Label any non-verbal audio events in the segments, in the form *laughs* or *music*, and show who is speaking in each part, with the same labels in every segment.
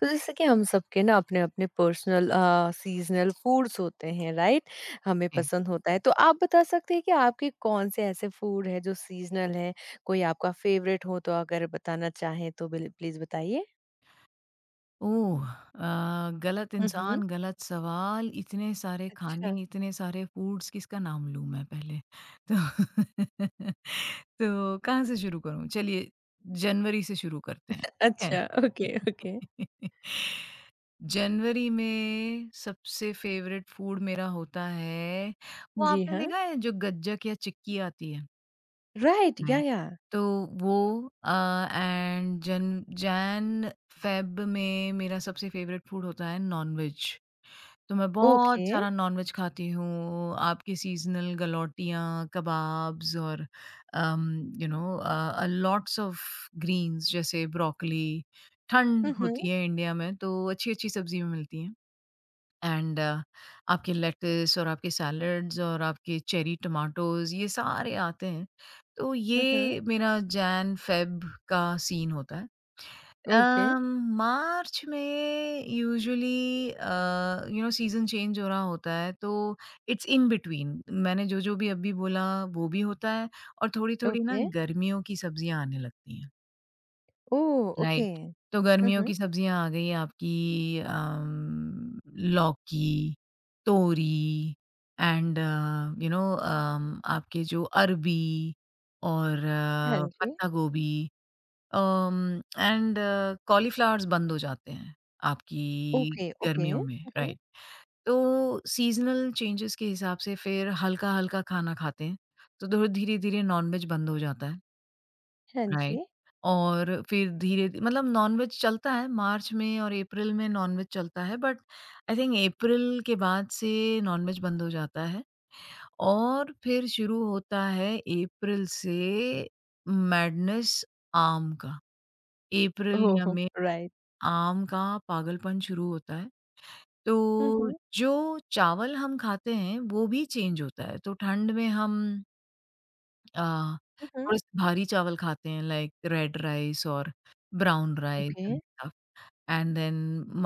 Speaker 1: तो जैसे कि हम सबके ना अपने अपने पर्सनल सीजनल फूड्स होते हैं राइट। हमें
Speaker 2: ओके।
Speaker 1: पसंद होता है, तो आप बता सकते हैं कि आपके कौन से ऐसे फूड है जो सीजनल है? कोई आपका फेवरेट हो तो अगर बताना चाहें तो प्लीज बताइए।
Speaker 2: ओह! गलत
Speaker 1: हम्म।
Speaker 2: इंसान, गलत सवाल, इतने सारे
Speaker 1: अच्छा।
Speaker 2: खाने, इतने सारे फूड्स किसका नाम लूँ मैं पहले? तो *laughs* तो कहाँ से शुरू करूँ? चलिए जनवरी से शुरू करते हैं, ठीक है?
Speaker 1: अच्छा ओके ओके।
Speaker 2: *laughs* जनवरी में सबसे फेवरेट फूड मेरा होता है, वो
Speaker 1: जी
Speaker 2: आपने
Speaker 1: हाँ।
Speaker 2: देखा है जो गज्जक या चिक्की आती है?
Speaker 1: राइट या
Speaker 2: राइट।
Speaker 1: या
Speaker 2: तो वो एंड जन जैन फेब में मेरा सबसे फेवरेट फूड होता है नॉनवेज। तो मैं बहुत
Speaker 1: ओके।
Speaker 2: सारा नॉनवेज खाती हूँ, आपकी सीजनल गलौटियाँ, कबाब्स और you know lots of greens जैसे ब्रोकली। ठंड होती
Speaker 1: हम्म।
Speaker 2: है इंडिया में तो अच्छी अच्छी सब्जी मिलती हैं। एंड अ, आपके लेट्स और आपके सैलड्स और आपके चेरी टमाटोज़ ये सारे आते हैं। तो
Speaker 1: हम्म।
Speaker 2: ये मेरा जैन फ़ेब का सीन होता है।
Speaker 1: ओके
Speaker 2: अम, मार्च में यूजुअली सीज़न चेंज हो रहा होता है, तो इट्स इन बिटवीन मैंने जो-जो भी अभी बोला वो भी होता है, और थोड़ी-थोड़ी ना
Speaker 1: ओके
Speaker 2: गर्मियों की सब्जियाँ आने लगती हैं।
Speaker 1: ओ।
Speaker 2: राइट।
Speaker 1: ओके।
Speaker 2: तो गर्मियों
Speaker 1: हम्म।
Speaker 2: की सब्जियाँ आ गई आपकी, लौकी, तोरी, and uh, you know um, आपके जो अरबी और
Speaker 1: हाँ जी।
Speaker 2: पत्ता गोभी। कॉलीफ्लावर्स बंद हो जाते हैं आपकी
Speaker 1: ओके ओके।
Speaker 2: गर्मियों में,
Speaker 1: हम्म।
Speaker 2: राइट। तो सीज़नल चेंजेस के हिसाब से फिर हल्का-हल्का खाना खाते हैं, तो धो धीरे-धीरे नॉन-वेज बंद हो जाता है।
Speaker 1: हाँ
Speaker 2: राइट।
Speaker 1: जी।
Speaker 2: और फिर धीरे मतलब नॉनवेज चलता है मार्च में, और अप्रैल में नॉनवेज चलता है, बट आई थिंक अप्रैल के बाद से नॉनवेज बंद हो जाता है और फिर शुरू होता है अप्रैल से मैडनेस आम का। अप्रैल या
Speaker 1: ओह।
Speaker 2: मई
Speaker 1: राइट।
Speaker 2: आम का पागलपन शुरू होता है। तो
Speaker 1: हम्म।
Speaker 2: जो चावल हम खाते हैं वो भी चेंज होता है। तो ठंड में हम अ,
Speaker 1: हम्म।
Speaker 2: थोड़े-से भारी चावल खाते हैं, लाइक रेड राइस और brown rice
Speaker 1: okay,
Speaker 2: and stuff. And then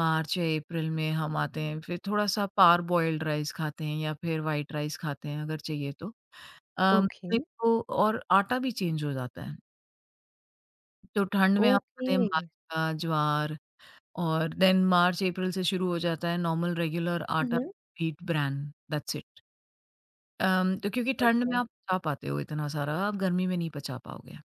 Speaker 2: March या अप्रैल में हम आते हैं, फिर थोड़ा-सा पार बॉइल्ड राइस खाते हैं या फिर व्हाइट राइस खाते हैं अगर चाहिए तो। अम,
Speaker 1: ओके,
Speaker 2: नहीं तो, और आटा भी चेंज हो जाता है। तो ठंड में हम खाते
Speaker 1: ओके।
Speaker 2: हैं बाजरा, ज्वार, और देन मार्च अप्रैल से शुरू हो जाता है नॉर्मल रेगुलर
Speaker 1: हुँ,
Speaker 2: आटा,
Speaker 1: हुँ,
Speaker 2: व्हीट, ब्रैन। That's it. तो क्योंकि ठंड
Speaker 1: ओके।
Speaker 2: में आप पचा पाते हो इतना सारा, आप गर्मी में नहीं पचा पाओगे।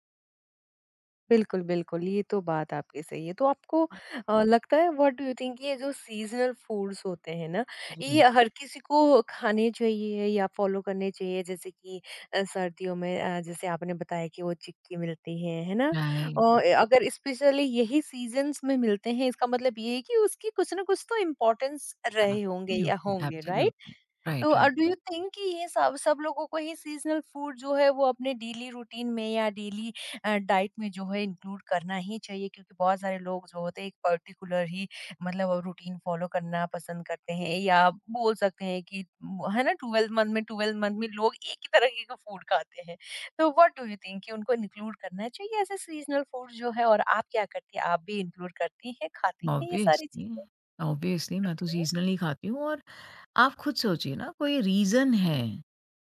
Speaker 1: बिल्कुल, बिल्कुल, ये तो बात आपकी सही है। तो आपको लगता है, व्हाट डू यू थिंक, ये जो सीज़नल फूड्स होते हैं ना, ये
Speaker 2: जी।
Speaker 1: हर किसी को खाने चाहिए या फ़ॉलो करने चाहिए? जैसे कि सर्दियों में जैसे आपने बताया कि वो चिक्की मिलती है ना?
Speaker 2: Right.
Speaker 1: और ए अगर स्पेशली यही सीज़न्स में मिलते हैं, इसका मतलब ये है कि उसकी कुछ ना कुछ तो इम्पोर्टेंस रहे होंगे या
Speaker 2: एब्सोल्युटली,
Speaker 1: होंगे, राइट?
Speaker 2: एब्सोल्युटली।
Speaker 1: तो
Speaker 2: right, right.
Speaker 1: Do you think कि ये सब सब लोगों को ही सीज़नल फूड जो है वो अपने डेली रूटीन में या डेली डाइट में जो है इंक्लूड करना ही चाहिए, क्योंकि बहुत सारे लोग जो होते हैं एक पर्टिकुलर ही मतलब रूटीन फॉलो करना पसंद करते हैं, या आप बोल सकते हैं कि है ना, 12 मंथ में 12 मंथ में लोग एक ही तरह के फूड खाते हैं। तो व्हाट डू यू थिंक कि उनको इंक्लूड करना चाहिए ऐसे सीजनल फूड जो है, और आप क्या करती हैं, आप भी इंक्लूड करती हैं, खाती हैं ये सारी
Speaker 2: ऑब्वियसली,
Speaker 1: चीज़ें?
Speaker 2: ऑब्वियसली मैं तो
Speaker 1: ओके।
Speaker 2: सीज़नली खाती हूँ। और आप खुद सोचिए ना, कोई रीज़न है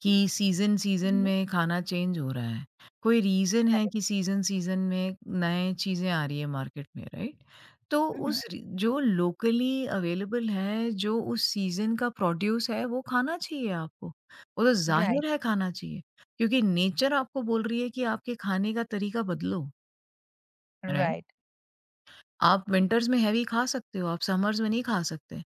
Speaker 2: कि सीज़न-सीज़न
Speaker 1: हम्म।
Speaker 2: में खाना चेंज हो रहा है। कोई रीज़न है कि
Speaker 1: करेक्ट।
Speaker 2: सीज़न-सीज़न में नए चीज़ें आ रही है मार्केट में, राइट? तो
Speaker 1: हम्म।
Speaker 2: उस रि जो लोकली अवेलेबल है, जो उस सीज़न का प्रोड्यूस है वो खाना चाहिए आपको। वो तो
Speaker 1: राइट।
Speaker 2: ज़ाहिर है खाना चाहिए, क्योंकि नेचर आपको बोल रही है कि आपके खाने का तरीका बदलो। राइट।
Speaker 1: राइट।
Speaker 2: आप विंटर्स में हैवी खा सकते हो, आप समर्स में नहीं खा सकते।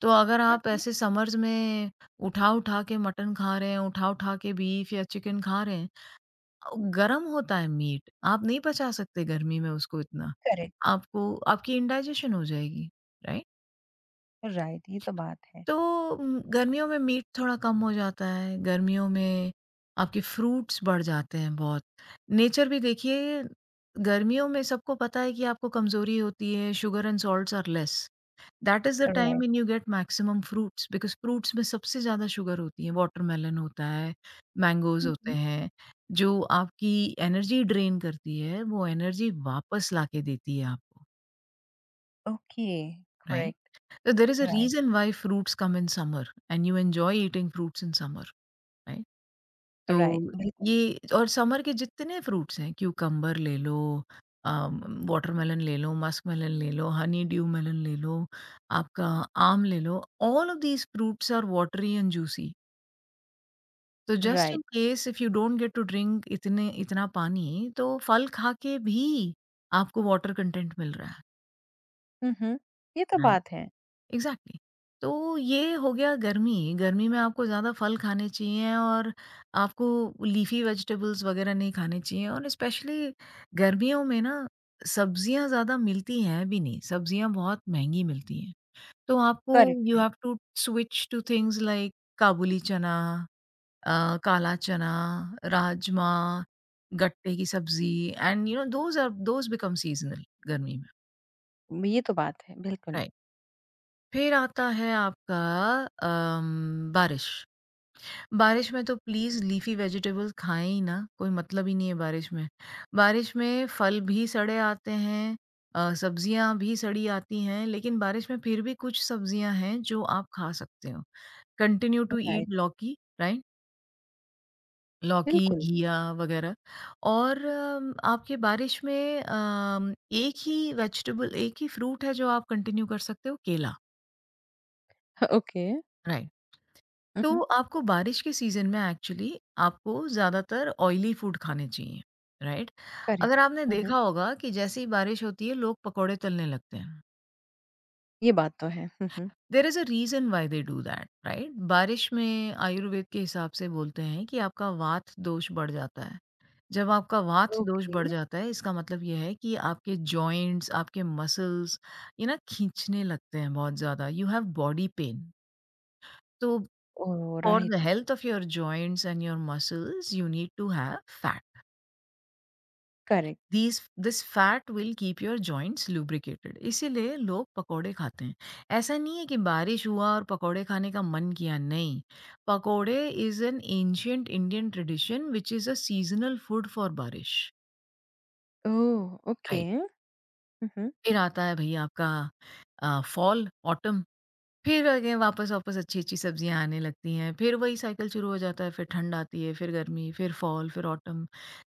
Speaker 2: तो अगर
Speaker 1: हुँ,
Speaker 2: आप
Speaker 1: हुँ,
Speaker 2: ऐसे समर्स में उठा-उठा के मटन खा रहे हैं, उठा-उठा के बीफ या चिकन खा रहे हैं, अ, गरम होता है मीट, आप नहीं पचा सकते गर्मी में उसको इतना।
Speaker 1: करेक्ट,
Speaker 2: आपको आपकी इंडाइजेशन हो जाएगी, राइट?
Speaker 1: राइट, ये तो बात है,
Speaker 2: तो गर्मियों में मीट थोड़ा कम हो जाता है, गर्मियों में आपके फ्रूट्स बढ़ जाते हैं बहुत। नेचर भी देखिए, गर्मियों में सबको पता है कि आपको कमज़ोरी होती है, sugar and salts are less. That is the time
Speaker 1: right,
Speaker 2: when you get maximum fruits because fruits में सबसे ज़्यादा शुगर होती है, वाटरमेलन होता है, मैंगोज़
Speaker 1: हुँ,
Speaker 2: होते
Speaker 1: हुँ,
Speaker 2: हैं, जो आपकी एनर्जी ड्रेन करती है, वो एनर्जी वापस लाके देती है आपको,
Speaker 1: ओके,
Speaker 2: राइट?
Speaker 1: करेक्ट,
Speaker 2: तो there is a
Speaker 1: right,
Speaker 2: reason why fruits come in summer and you enjoy eating fruits in summer, right?
Speaker 1: Right,
Speaker 2: तो
Speaker 1: बिल्कुल,
Speaker 2: ये और समर के जितने फ्रूट्स हैं, क्यूकम्बर ले लो, वाटरमेलन ले लो, मस्कमेलन ले लो, हनी ड्यू मेलन ले लो, आपका आम ले लो। All of these fruits are watery and juicy. तो just in
Speaker 1: right,
Speaker 2: case if you don't get to drink इतने इतना पानी, तो फल खा के भी आपको वाटर कंटेंट मिल रहा
Speaker 1: हुँ, हुँ, ये तो
Speaker 2: है।
Speaker 1: बात है,
Speaker 2: एग्जैक्टली exactly. तो ये हो गया गर्मी गर्मी में आपको ज़्यादा फल खाने चाहिए, और आपको लीफी वेजिटेबल्स वगैरह नहीं खाने चाहिए, और स्पेशली गर्मियों में ना सब्जियां ज़्यादा मिलती हैं भी नहीं, सब्जियां बहुत महंगी मिलती हैं। तो आपको
Speaker 1: करेक्ट
Speaker 2: यू
Speaker 1: है,
Speaker 2: have to switch to things like kabuli chana, kala chana, rajma, गट्टे की सब्जी। And you know those become seasonal गर्मी में,
Speaker 1: ये तो बात है, बिल्कुल,
Speaker 2: राइट। फिर आता है आपका बारिश। बारिश में तो प्लीज़ लीफ़ी वेजिटेबल्स खाएँ ही ना, कोई मतलब ही नहीं है बारिश में। बारिश में फल भी सड़े आते हैं, सब्ज़ियाँ भी सड़ी आती हैं, लेकिन बारिश में फिर भी कुछ सब्ज़ियाँ हैं जो आप खा सकते हो। कंटिन्यू टू ईट
Speaker 1: राइट,
Speaker 2: लौकी, राइट? लौकी,
Speaker 1: बिल्कुल,
Speaker 2: घिया वग़ैरह। और आपके बारिश में एक ही वेजिटेबल एक ही फ्रूट है जो आप कंटिन्यू कर सकते हो, केला,
Speaker 1: ओके,
Speaker 2: राइट?
Speaker 1: हुँ,
Speaker 2: तो
Speaker 1: हुँ,
Speaker 2: आपको बारिश के सीज़न में एक्चुअली आपको ज़्यादातर ऑयली फूड खाने चाहिए, राइट?
Speaker 1: करेक्ट,
Speaker 2: अगर आपने
Speaker 1: हुँ, हुँ,
Speaker 2: देखा होगा कि जैसे ही बारिश होती है, लोग पकौड़े तलने लगते हैं।
Speaker 1: ये बात तो है, हुँ, हुँ,
Speaker 2: there is a reason why they do that, right? बारिश में आयुर्वेद के हिसाब से बोलते हैं कि आपका वात दोष बढ़ जाता है। जब आपका वात दोष
Speaker 1: ओके,
Speaker 2: बढ़ जाता है, इसका मतलब ये है कि आपके जॉइंट्स, आपके मसल्स ये ना खींचने लगते हैं बहुत ज़्यादा। You have body pain. तो
Speaker 1: oh!
Speaker 2: For the
Speaker 1: right,
Speaker 2: health of your joints and your muscles, you need to have fat.
Speaker 1: Correct,
Speaker 2: These this fat will keep your joints lubricated. इसीलिए लोग पकोड़े खाते हैं। ऐसा नहीं है कि बारिश हुआ और पकोड़े खाने का मन किया, नहीं, pakode is an ancient Indian tradition which is a seasonal food for barish,
Speaker 1: oh! Okay,
Speaker 2: right.
Speaker 1: हुँ, हुँ,
Speaker 2: फिर आता है भैया आपका फॉल, ऑटम। फिर अगेन वापस-वापस अच्छी-अच्छी सब्जियाँ आने लगती हैं, फिर वही साइकिल शुरू हो जाता है, फिर ठंड आती है, फिर गर्मी, फिर फॉल, फिर ऑटम।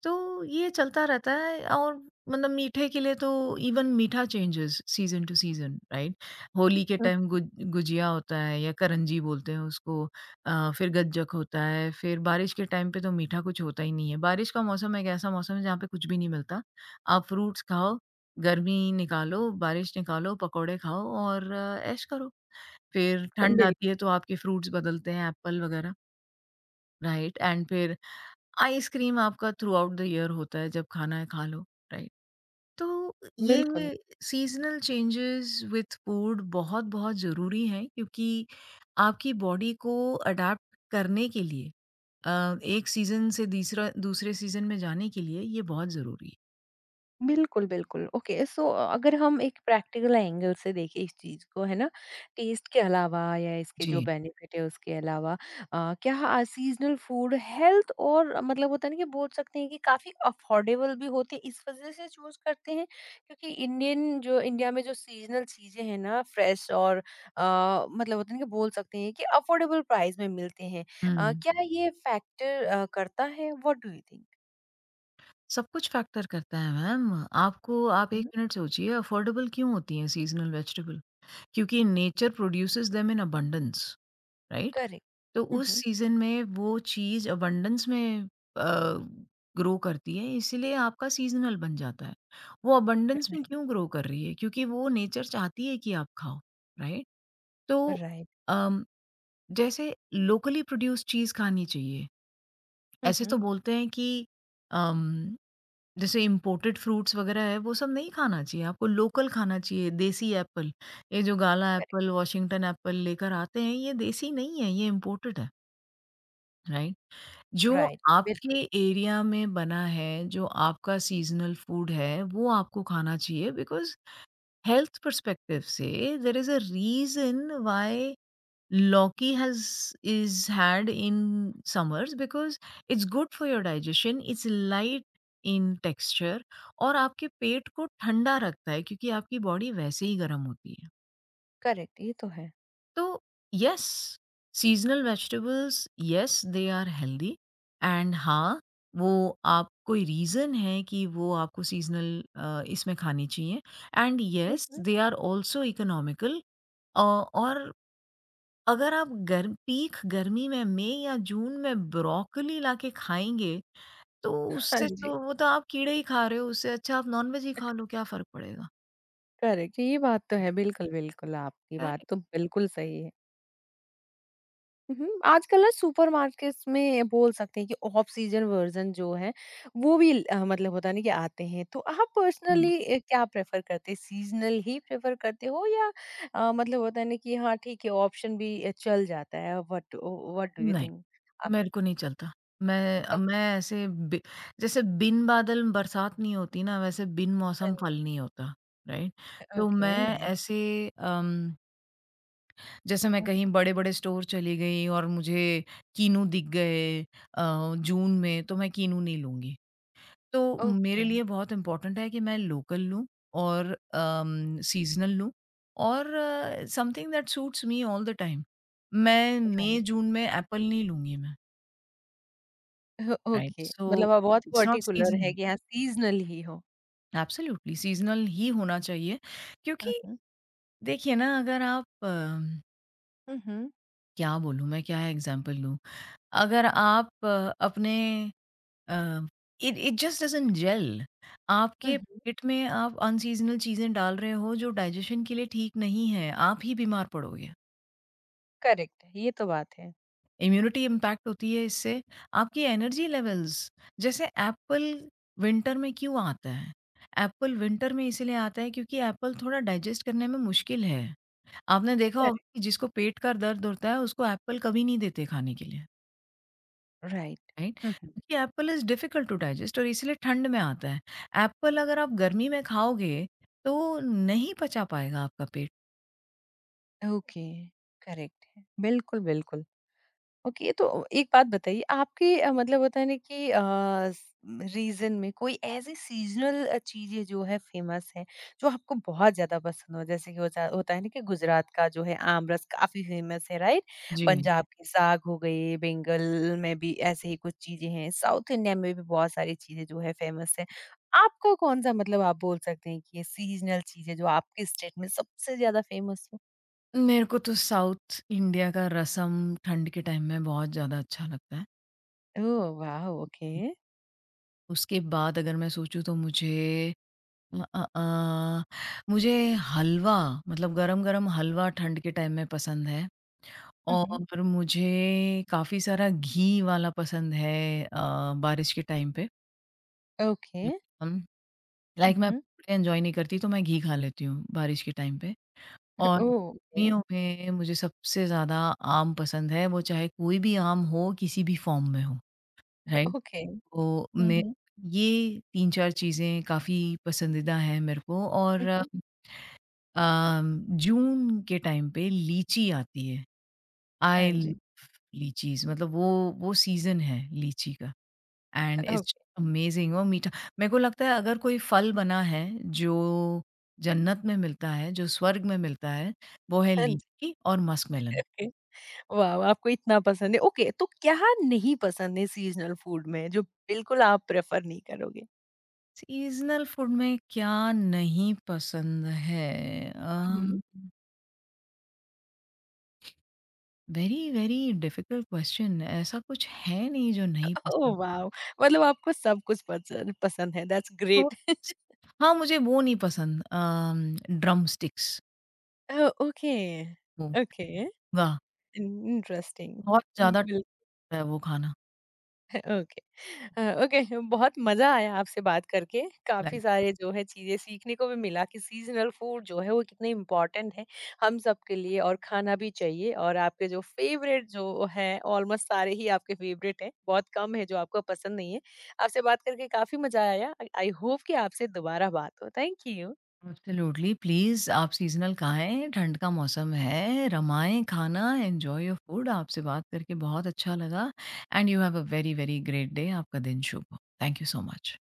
Speaker 2: तो ये चलता रहता है। और मतलब मीठे के लिए तो इवन मीठा changes season to season, right? होली के
Speaker 1: हुँ,
Speaker 2: टाइम गुजिया होता है या करंजी बोलते हैं उसको, फिर गज्जक होता है, फिर बारिश के टाइम पे तो मीठा कुछ होता ही नहीं है। बारिश का मौसम एक ऐसा मौसम है जहाँ पे कुछ भी नहीं मिलता। आप फ्रूट्स खाओ, गर्मी निकालो, बारिश निकालो, पकौड़े खाओ और ऐश करो। फिर ठंड
Speaker 1: बिल
Speaker 2: आती है तो आपके फ्रूट्स बदलते हैं एप्पल वगैरह, राइट? एंड फिर आइसक्रीम आपका थ्रू आउट द ईयर होता है, जब खाना है खा लो, राइट? तो
Speaker 1: बिल्कुल।
Speaker 2: ये सीज़नल चेंजेज़ विथ फूड बहुत-बहुत ज़रूरी हैं, क्योंकि आपकी बॉडी को अडैप्ट करने के लिए, एक सीज़न से तीसरा दूसरे सीज़न में जाने के लिए ये बहुत ज़रूरी है।
Speaker 1: बिल्कुल, बिल्कुल। ओके, सो अगर हम एक प्रैक्टिकल एंगल से देखें इस चीज़ को, है ना? टेस्ट के अलावा या इसके जो
Speaker 2: जी।
Speaker 1: बेनिफिट है उसके अलावा क्या सीज़नल फूड हेल्थ और मतलब होता है ना कि बोल सकते हैं कि काफ़ी अफोर्डेबल भी होते हैं, इस वज़ह से चूज़ करते हैं? क्योंकि इंडियन जो इंडिया में जो सीज़नल चीज़ें हैं ना फ्रेश और मतलब होता है ना कि बोल सकते हैं कि अफोर्डेबल प्राइस में मिलते हैं।
Speaker 2: हुँ।
Speaker 1: क्या ये फैक्टर करता है? What do you think?
Speaker 2: सब कुछ फैक्टर करता है मैम, आपको आप 1
Speaker 1: हुँ।
Speaker 2: मिनट सोचिए अफ़ोर्डेबल क्यों होती हैं सीज़नल वेजिटेबल? क्योंकि nature produces them in abundance, right?
Speaker 1: Correct.
Speaker 2: तो
Speaker 1: हुँ,
Speaker 2: उस
Speaker 1: हुँ।
Speaker 2: सीज़न में वो चीज़ अबंडेंस में अ, ग्रो करती है, इसीलिए आपका सीज़नल बन जाता है। वो अबंडेंस में क्यों ग्रो कर रही है? क्योंकि वो नेचर चाहती है कि आप खाओ, राइट? तो
Speaker 1: राइट।
Speaker 2: अम, जैसे लोकली प्रोड्यूस्ड चीज़ खानी चाहिए।
Speaker 1: हुँ,
Speaker 2: ऐसे तो
Speaker 1: हुँ।
Speaker 2: बोलते हैं कि अम जैसे इम्पोर्टेड फ्रूट्स वगैरह है वो सब नहीं खाना चाहिए, आपको लोकल खाना चाहिए, देसी एप्पल। ये जो gala
Speaker 1: correct.
Speaker 2: Apple, Washington apple लेकर आते हैं ये देसी नहीं है, ये इम्पोर्टेड है, राइट? जो
Speaker 1: राइट।
Speaker 2: आपके
Speaker 1: बिल्कुल।
Speaker 2: एरिया में बना है, जो आपका सीज़नल फूड है वो आपको खाना चाहिए, बिकॉज़ हेल्थ पर्सपेक्टिव से there is a reason why Loki has is had in summers because it's good for your digestion, it's light in texture और आपके पेट को ठंडा रखता है क्योंकि आपकी बॉडी वैसे ही गर्म होती है।
Speaker 1: करेक्ट, ये तो है।
Speaker 2: तो yes, seasonal vegetables yes they are healthy. And हाँ, वो आप कोई रीज़न है कि वो आपको सीज़नल इसमें खानी चाहिए। And
Speaker 1: hmm,
Speaker 2: yes
Speaker 1: hmm.
Speaker 2: They are also economical. और अगर आप गर्म पीक गर्मी में मई या जून में ब्रोकली लाके खाएँगे, तो
Speaker 1: हाँ
Speaker 2: उससे
Speaker 1: जी।
Speaker 2: तो वो तो आप कीड़े ही खा रहे हो, उससे अच्छा आप नॉन-वेज ही खा लो, क्या फ़र्क पड़ेगा?
Speaker 1: करेक्ट, ये बात तो है, बिल्कुल, बिल्कुल, आपकी बात
Speaker 2: करेक्ट।
Speaker 1: तो बिल्कुल सही है। हुँ, आजकल ना सुपरमार्केट्स में बोल सकते हैं कि ऑफ सीजन वर्ज़न जो है वो भी मतलब होता है ना कि आते हैं। तो आप
Speaker 2: हुँ,
Speaker 1: पर्सनली क्या प्रेफ़र करते हैं? सीज़नल ही प्रेफ़र करते हो या मतलब होता है ना कि हाँ ठीक है ऑप्शन भी चल जाता है, व्हाट व्हाट डू यू
Speaker 2: नहीं,
Speaker 1: थिंक? आप
Speaker 2: मेरे को नहीं चलता।
Speaker 1: ओक
Speaker 2: मैं ऐसे बि जैसे बिन बादल बरसात नहीं होती ना, वैसे बिन मौसम
Speaker 1: अन
Speaker 2: फल नहीं होता, राइट? तो
Speaker 1: ओके
Speaker 2: मैं
Speaker 1: नाइस।
Speaker 2: ऐसे जैसे मैं
Speaker 1: हुँ,
Speaker 2: कहीं
Speaker 1: हुँ।
Speaker 2: बड़े-बड़े स्टोर चली गई और मुझे कीनू दिख गए जून में, तो मैं कीनू नहीं लूँगी। तो मेरे
Speaker 1: ओके,
Speaker 2: लिए बहुत इम्पोर्टेंट है कि मैं लोकल लूँ और सीज़नल लूँ और something that suits me all the time. मैं मई
Speaker 1: राइट।
Speaker 2: जून में एप्पल नहीं लूँगी मैं,
Speaker 1: *laughs* हो
Speaker 2: राइट?
Speaker 1: ओके, मतलब
Speaker 2: सो
Speaker 1: आप बहुत
Speaker 2: इट्स नॉट
Speaker 1: पर्टिकुलर है
Speaker 2: सीज़नल,
Speaker 1: कि हाँ सीजनल ही हो।
Speaker 2: एब्सोल्युटली सीज़नल ही होना चाहिए,
Speaker 1: हुँ,
Speaker 2: क्योंकि
Speaker 1: हुँ।
Speaker 2: देखिए ना, अगर आप
Speaker 1: हुँ, हुँ।
Speaker 2: क्या बोलूँ मैं, क्या एग्ज़ाम्पल दूँ? अगर आप अ, अपने it it just doesn't gel
Speaker 1: hmm,
Speaker 2: आपके पेट में, आप अनसीजनल चीज़ें डाल रहे हो जो डाइजेशन के लिए ठीक नहीं है, आप ही बीमार पड़ोगे।
Speaker 1: करेक्ट है, ये तो बात है।
Speaker 2: इम्यूनिटी इम्पैक्ट होती है इससे, आपकी एनर्जी लेवल्स। जैसे एप्पल विंटर में क्यों आता है? एप्पल विंटर में इसीलिए आता है क्योंकि एप्पल थोड़ा डाइजेस्ट करने में मुश्किल है। आपने देखा होगा
Speaker 1: करेक्ट।
Speaker 2: कि जिसको पेट का दर्द होता है उसको एप्पल कभी नहीं देते खाने के लिए।
Speaker 1: राइट।
Speaker 2: राइट,
Speaker 1: हुँ, हुँ।
Speaker 2: क्योंकि apple is difficult to digest और इसीलिए ठंड में आता है। एप्पल अगर आप गर्मी में खाओगे तो नहीं पचा पाएगा आपका पेट।
Speaker 1: ओके, करेक्ट है। बिल्कुल, बिल्कुल। ओके, तो एक बात बताइए, आपके मतलब होता है ना कि रीजन में कोई ऐसी सीजनल चीजें जो है फेमस है, जो आपको बहुत ज्यादा पसंद हो, जैसे कि होता होता है ना कि गुजरात का जो है आम रस काफी फेमस है, राइट?
Speaker 2: जी।
Speaker 1: पंजाब की साग हो गई, बंगाल में भी ऐसे ही कुछ चीजें हैं, साउथ इंडिया में भी बहुत सारी चीजें जो है फेमस है। आपको कौन सा, मतलब आप बोल सकते हैं कि ये सीजनल चीजें जो आपके स्टेट में सबसे ज्यादा फेमस हो?
Speaker 2: मेरे को तो साउथ इंडिया का रसम ठंड के टाइम में बहुत ज़्यादा अच्छा लगता है।
Speaker 1: ओह वाह, ओके।
Speaker 2: उसके बाद अगर मैं सोचूं तो मुझे अ, अ, अ, मुझे हलवा, मतलब गरम गरम हलवा ठंड के टाइम में पसंद है।
Speaker 1: हम्म।
Speaker 2: और मुझे काफ़ी सारा घी वाला पसंद है बारिश के टाइम
Speaker 1: ओके।
Speaker 2: पे, लाइक मैं पकौड़े एन्जॉय नहीं करती, तो मैं घी खा लेती हूँ बारिश के टाइम पे। और
Speaker 1: ओह! ओके,
Speaker 2: गर्मियों में मुझे सबसे ज़्यादा आम पसंद है, वो चाहे कोई भी आम हो, किसी भी फ़ॉर्म में हो, राइट?
Speaker 1: ओके।
Speaker 2: तो
Speaker 1: हुँ,
Speaker 2: मैं
Speaker 1: हुँ।
Speaker 2: ये 3-4 चीज़ें काफ़ी पसंदीदा हैं मेरे को।
Speaker 1: हुँ,
Speaker 2: और
Speaker 1: हुँ।
Speaker 2: अम, जून के टाइम पे लीची आती है।
Speaker 1: हाँ
Speaker 2: आई लव
Speaker 1: जी।
Speaker 2: लीचीज़, वो सीज़न है लीची का। एंड
Speaker 1: *laughs*
Speaker 2: इट्स
Speaker 1: ओके,
Speaker 2: अमेजिंग, वो मीठा, मेरे को लगता है अगर कोई फल बना है जो जन्नत में मिलता है, जो स्वर्ग में मिलता है, वो है
Speaker 1: हाँ जी।
Speaker 2: लीची और मस्कमेलन।
Speaker 1: वाव! आपको इतना पसंद है। ओके, तो क्या नहीं पसंद है सीज़नल फूड में, जो बिल्कुल आप प्रेफ़र नहीं करोगे?
Speaker 2: सीज़नल फूड में क्या नहीं पसंद है?
Speaker 1: हुँ, हुँ।
Speaker 2: Very, very difficult question. ऐसा कुछ है नहीं जो नहीं
Speaker 1: *laughs*
Speaker 2: पसंद।
Speaker 1: ओह वाव! मतलब आपको सब कुछ पसंद पसंद है, दैट्स
Speaker 2: तो
Speaker 1: ग्रेट।
Speaker 2: स हाँ, मुझे वो नहीं पसंद, ड्रम स्टिक्स।
Speaker 1: Oh, okay.
Speaker 2: वो,
Speaker 1: *laughs* ओके।
Speaker 2: वाह!
Speaker 1: In interesting.
Speaker 2: बहुत ज़्यादा
Speaker 1: बिल
Speaker 2: है वो खाना।
Speaker 1: ओके। ओके। बहुत मज़ा आया आपसे बात करके। काफ़ी सारे *laughs* जो है चीज़ें सीखने को भी मिला कि सीज़नल फूड जो है वो कितने इम्पोर्टेंट है हम सबके लिए और खाना भी चाहिए, और आपके जो फ़ेवरेट जो हैं ऑलमोस्ट सारे ही आपके फ़ेवरेट हैं। बहुत कम है जो आपको पसंद नहीं है। आपसे बात करके काफ़ी मज़ा आया। आई होप कि आपसे दोबारा बात हो। Thank you.
Speaker 2: एब्सोल्युटली प्लीज़ आप सीज़नल खाएँ, ठंड का मौसम है, रमाएँ खाना, एन्जॉय योर फूड। आपसे बात करके बहुत अच्छा लगा। And you have a very, very great day. आपका दिन शुभ हो। Thank you so much.